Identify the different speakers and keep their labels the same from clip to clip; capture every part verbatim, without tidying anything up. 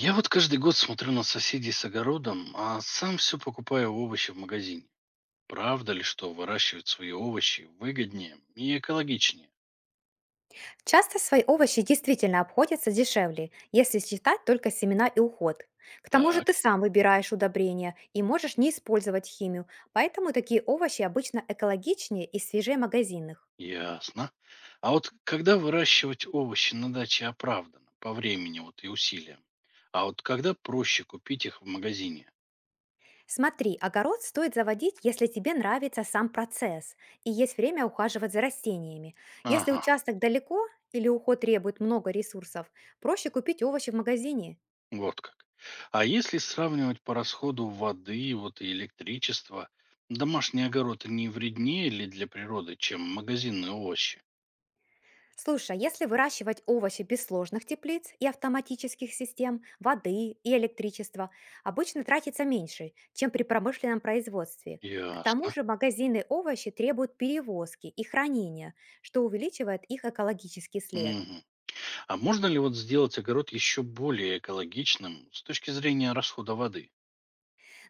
Speaker 1: Я вот каждый год смотрю на соседей с огородом, а сам все покупаю овощи в магазине. Правда ли, что выращивать свои овощи выгоднее и экологичнее?
Speaker 2: Часто свои овощи действительно обходятся дешевле, если считать только семена и уход. К тому же ты
Speaker 1: Так,
Speaker 2: сам выбираешь удобрения и можешь не использовать химию, поэтому такие овощи обычно экологичнее и свежее магазинных.
Speaker 1: ясно. А вот когда выращивать овощи на даче оправдано по времени вот и усилиям? А вот когда проще купить их в магазине?
Speaker 2: Смотри, огород стоит заводить, если тебе нравится сам процесс и есть время ухаживать за растениями. Если
Speaker 1: Ага,
Speaker 2: участок далеко или уход требует много ресурсов, проще купить овощи в магазине.
Speaker 1: вот как. А если сравнивать по расходу воды вот и электричества, домашний огород не вреднее ли для природы, чем магазинные овощи?
Speaker 2: Слушай, а если выращивать овощи без сложных теплиц и автоматических систем, воды и электричества, обычно тратится меньше, чем при промышленном производстве. К тому
Speaker 1: Ясно.
Speaker 2: же магазины овощи требуют перевозки и хранения, что увеличивает их экологический след.
Speaker 1: Мгм. А можно ли вот сделать огород еще более экологичным с точки зрения расхода воды?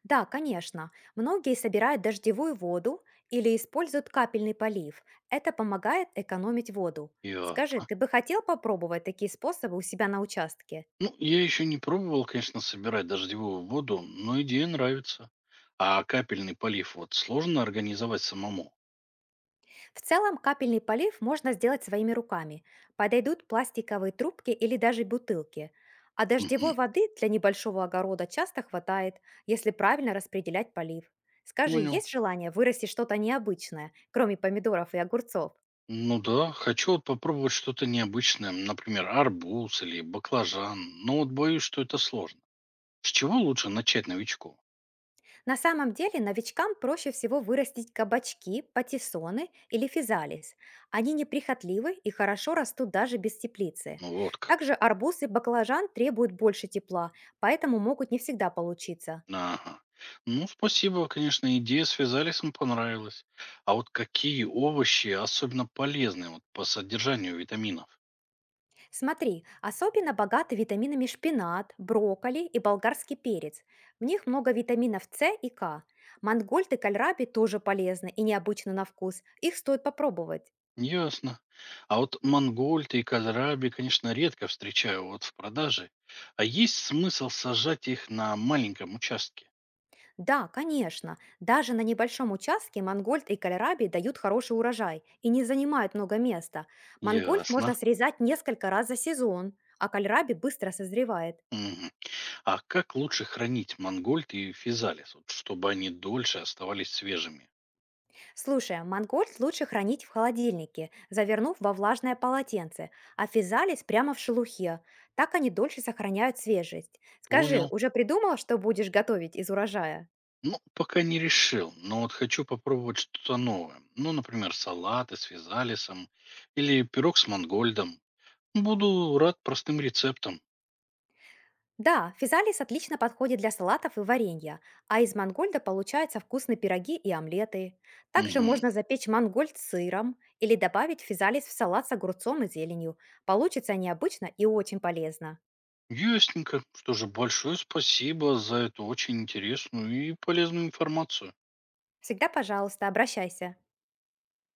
Speaker 2: Да, конечно, многие собирают дождевую воду или используют капельный полив. Это помогает экономить воду. Скажи,
Speaker 1: Ясно.
Speaker 2: ты бы хотел попробовать такие способы у себя на участке?
Speaker 1: Ну, я еще не пробовал, конечно, собирать дождевую воду, но идея нравится. А капельный полив вот сложно организовать самому.
Speaker 2: В целом капельный полив можно сделать своими руками. Подойдут пластиковые трубки или даже бутылки. А
Speaker 1: Мгм.
Speaker 2: дождевой воды для небольшого огорода часто хватает, если правильно распределять полив. Скажи,
Speaker 1: Понял.
Speaker 2: есть желание вырастить что-то необычное, кроме помидоров и огурцов?
Speaker 1: Ну да, хочу вот попробовать что-то необычное, например, арбуз или баклажан, но вот боюсь, что это сложно. С чего лучше начать новичку?
Speaker 2: На самом деле новичкам проще всего вырастить кабачки, патиссоны или физалис. Они неприхотливы и хорошо растут даже без теплицы.
Speaker 1: Ну вот как.
Speaker 2: Также арбуз и баклажан требуют больше тепла, поэтому могут не всегда получиться.
Speaker 1: Ага. Ну, спасибо, конечно, идея с вязалисом понравилась. А вот какие овощи особенно полезны вот, по содержанию витаминов?
Speaker 2: Смотри, особенно богаты витаминами шпинат, брокколи и болгарский перец. В них много витаминов с и ка. Мангольд и кальраби тоже полезны и необычны на вкус. Их стоит попробовать.
Speaker 1: Ясно. А вот мангольд и кальраби, конечно, редко встречаю вот в продаже. А есть смысл сажать их на маленьком участке?
Speaker 2: Да, конечно, даже на небольшом участке мангольд и кальраби дают хороший урожай и не занимают много места. Мангольд
Speaker 1: Ясно.
Speaker 2: можно срезать несколько раз за сезон, а кальраби быстро созревает.
Speaker 1: Мгм. А как лучше хранить мангольд и физалис, вот, чтобы они дольше оставались свежими?
Speaker 2: Слушай, а мангольд лучше хранить в холодильнике, завернув во влажное полотенце, а физалис прямо в шелухе. Так они дольше сохраняют свежесть. Скажи,
Speaker 1: Понял.
Speaker 2: уже придумала, что будешь готовить из урожая?
Speaker 1: Ну, пока не решил, но вот хочу попробовать что-то новое. Ну, например, салаты с визалисом или пирог с мангольдом. Буду рад простым рецептам.
Speaker 2: Да, физалис отлично подходит для салатов и варенья, а из мангольда получаются вкусные пироги и омлеты. Также
Speaker 1: Угу.
Speaker 2: можно запечь мангольд с сыром или добавить физалис в салат с огурцом и зеленью. Получится необычно и очень полезно.
Speaker 1: Ясненько. Что же, большое спасибо за эту очень интересную и полезную информацию.
Speaker 2: Всегда, пожалуйста, обращайся.